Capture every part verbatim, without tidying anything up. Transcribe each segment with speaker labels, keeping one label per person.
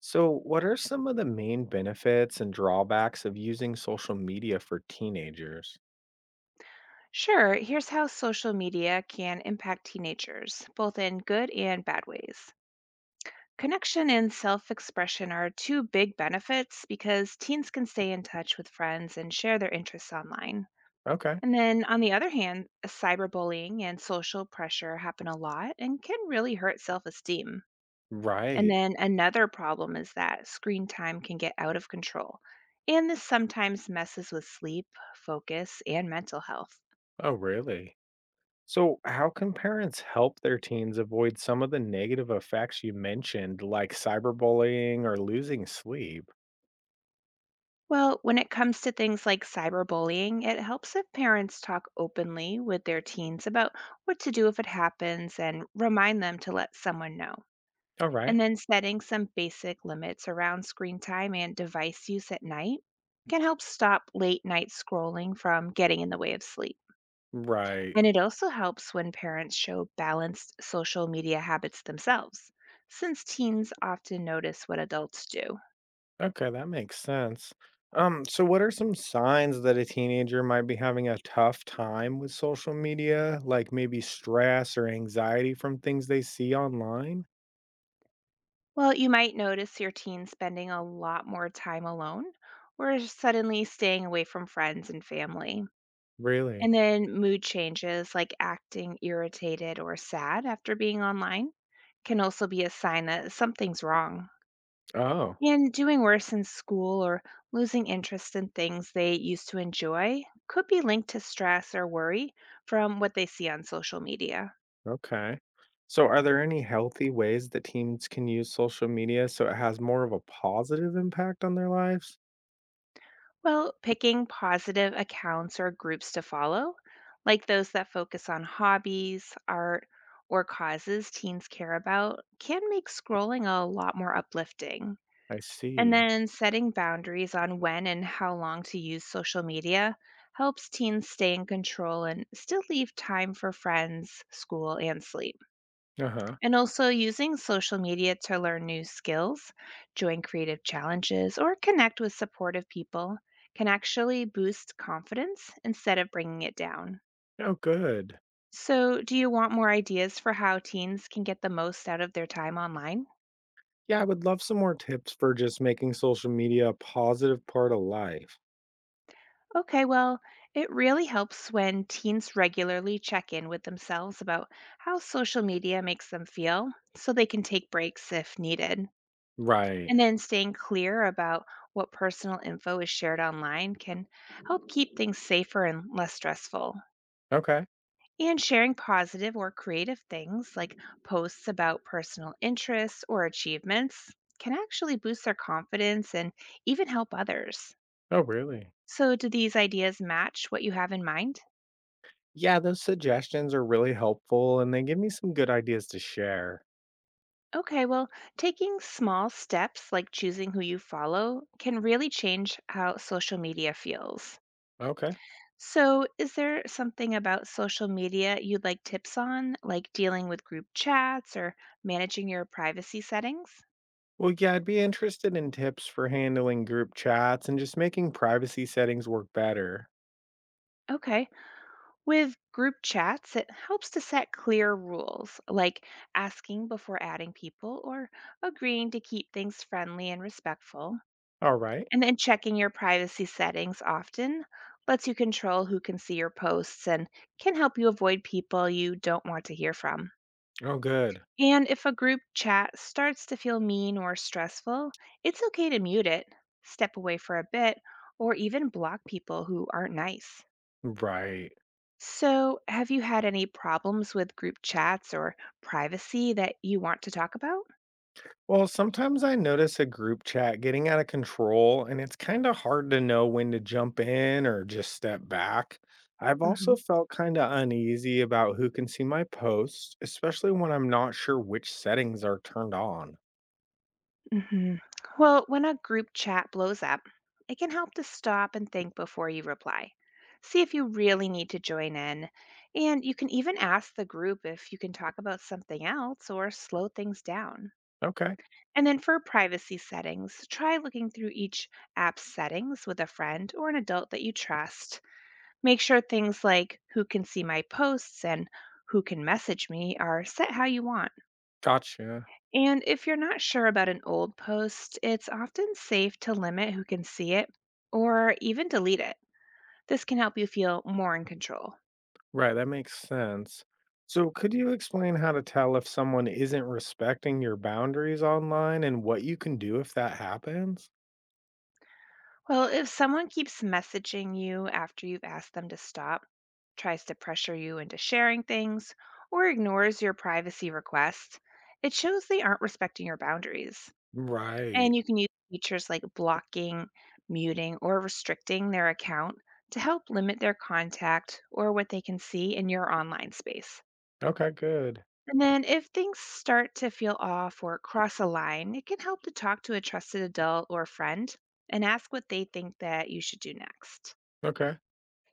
Speaker 1: So, what are some of the main benefits and drawbacks of using social media for teenagers?
Speaker 2: Sure, here's how social media can impact teenagers, both in good and bad ways. Connection and self expression are two big benefits because teens can stay in touch with friends and share their interests online.
Speaker 1: Okay.
Speaker 2: And then, on the other hand, cyberbullying and social pressure happen a lot and can really hurt self esteem. And
Speaker 1: Right.
Speaker 2: then, another problem is that screen time can get out of control. And this sometimes messes with sleep, focus, and mental health.
Speaker 1: Oh, really? So, how can parents help their teens avoid some of the negative effects you mentioned, like cyberbullying or losing sleep?
Speaker 2: Well, when it comes to things like cyberbullying, it helps if parents talk openly with their teens about what to do if it happens and remind them to let someone know.
Speaker 1: All right.
Speaker 2: And then setting some basic limits around screen time and device use at night can help stop late night scrolling from getting in the way of sleep.
Speaker 1: Right.
Speaker 2: And it also helps when parents show balanced social media habits themselves, since teens often notice what adults do.
Speaker 1: Okay, that makes sense. Um, so what are some signs that a teenager might be having a tough time with social media, like maybe stress or anxiety from things they see online?
Speaker 2: Well, you might notice your teen spending a lot more time alone or suddenly staying away from friends and family.
Speaker 1: Really?
Speaker 2: And then mood changes like acting irritated or sad after being online can also be a sign that something's wrong.
Speaker 1: Oh,
Speaker 2: And doing worse in school or losing interest in things they used to enjoy could be linked to stress or worry from what they see on social media.
Speaker 1: okay. So, are there any healthy ways that teens can use social media so it has more of a positive impact on their lives?
Speaker 2: Well, picking positive accounts or groups to follow, like those that focus on hobbies, art, or causes teens care about, can make scrolling a lot more uplifting.
Speaker 1: I
Speaker 2: And
Speaker 1: see.
Speaker 2: then setting boundaries on when and how long to use social media helps teens stay in control and still leave time for friends, school, and sleep.
Speaker 1: Uh huh.
Speaker 2: And also using social media to learn new skills, join creative challenges, or connect with supportive people can actually boost confidence instead of bringing it down.
Speaker 1: Oh, good.
Speaker 2: So, do you want more ideas for how teens can get the most out of their time online?
Speaker 1: Yeah, I would love some more tips for just making social media a positive part of life.
Speaker 2: Okay, well, it really helps when teens regularly check in with themselves about how social media makes them feel so they can take breaks if needed.
Speaker 1: Right.
Speaker 2: And then staying clear about what personal info is shared online can help keep things safer and less stressful.
Speaker 1: Okay.
Speaker 2: And sharing positive or creative things like posts about personal interests or achievements can actually boost their confidence and even help others.
Speaker 1: Oh, really?
Speaker 2: So, do these ideas match what you have in mind?
Speaker 1: Yeah, those suggestions are really helpful and they give me some good ideas to share.
Speaker 2: Okay, well, taking small steps like choosing who you follow can really change how social media feels.
Speaker 1: Okay.
Speaker 2: So, is there something about social media you'd like tips on, like dealing with group chats or managing your privacy settings?
Speaker 1: Well, yeah, I'd be interested in tips for handling group chats and just making privacy settings work better.
Speaker 2: Okay. With group chats, it helps to set clear rules, like asking before adding people or agreeing to keep things friendly and respectful.
Speaker 1: All right.
Speaker 2: And then checking your privacy settings often lets you control who can see your posts and can help you avoid people you don't want to hear from.
Speaker 1: Oh, good.
Speaker 2: And if a group chat starts to feel mean or stressful, it's okay to mute it, step away for a bit, or even block people who aren't nice.
Speaker 1: Right.
Speaker 2: So, have you had any problems with group chats or privacy that you want to talk about?
Speaker 1: Well, sometimes I notice a group chat getting out of control, and it's kind of hard to know when to jump in or just step back. I've also
Speaker 2: hmm
Speaker 1: felt kind of uneasy about who can see my posts, especially when I'm not sure which settings are turned on.
Speaker 2: hmm Well, when a group chat blows up, it can help to stop and think before you reply. See if you really need to join in. And you can even ask the group if you can talk about something else or slow things down.
Speaker 1: Okay.
Speaker 2: And then for privacy settings, try looking through each app's settings with a friend or an adult that you trust. Make sure things like who can see my posts and who can message me are set how you want.
Speaker 1: Gotcha.
Speaker 2: And if you're not sure about an old post, it's often safe to limit who can see it or even delete it. This can help you feel more in control.
Speaker 1: Right. That makes sense. So, could you explain how to tell if someone isn't respecting your boundaries online and what you can do if that happens?
Speaker 2: Well, if someone keeps messaging you after you've asked them to stop, tries to pressure you into sharing things, or ignores your privacy requests, it shows they aren't respecting your boundaries.
Speaker 1: Right.
Speaker 2: And you can use features like blocking, muting, or restricting their account to help limit their contact or what they can see in your online space.
Speaker 1: Okay, good.
Speaker 2: And then if things start to feel off or cross a line, it can help to talk to a trusted adult or friend and ask what they think that you should do next.
Speaker 1: Okay.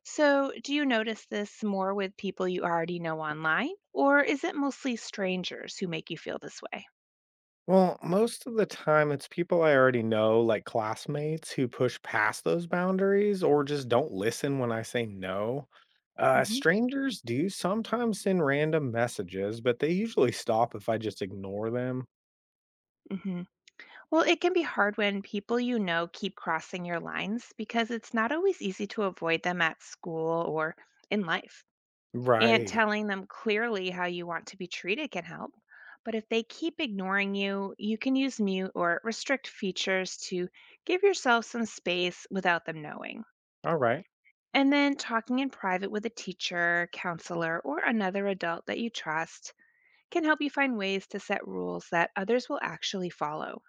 Speaker 2: So, do you notice this more with people you already know online, or is it mostly strangers who make you feel this way?
Speaker 1: Well, most of the time it's people I already know, like classmates, who push past those boundaries or just don't listen when I say no. Uh,
Speaker 2: hmm
Speaker 1: strangers do sometimes send random messages, but they usually stop if I just ignore them.
Speaker 2: hmm Well, it can be hard when people you know keep crossing your lines because it's not always easy to avoid them at school or in life. And
Speaker 1: Right.
Speaker 2: telling them clearly how you want to be treated can help. But if they keep ignoring you, you can use mute or restrict features to give yourself some space without them knowing.
Speaker 1: All right.
Speaker 2: And then talking in private with a teacher, counselor, or another adult that you trust can help you find ways to set rules that others will actually follow.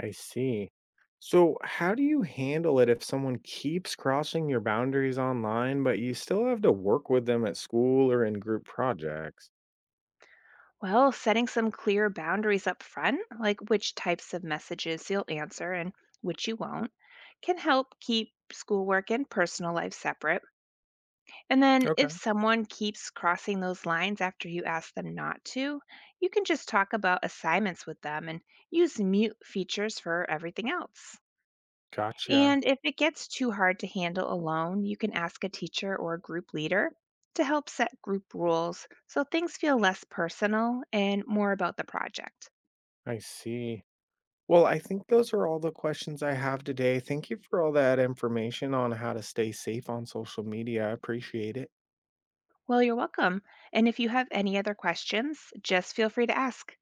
Speaker 1: I see. So, how do you handle it if someone keeps crossing your boundaries online, but you still have to work with them at school or in group projects?
Speaker 2: Well, setting some clear boundaries up front, like which types of messages you'll answer and which you won't, can help keep schoolwork and personal life separate. And then if
Speaker 1: Okay.
Speaker 2: someone keeps crossing those lines after you ask them not to, you can just talk about assignments with them and use mute features for everything else.
Speaker 1: Gotcha.
Speaker 2: And if it gets too hard to handle alone, you can ask a teacher or a group leader to help set group rules so things feel less personal and more about the project.
Speaker 1: I see. Well, I think those are all the questions I have today. Thank you for all that information on how to stay safe on social media. I appreciate it.
Speaker 2: Well, you're welcome. And if you have any other questions, just feel free to ask.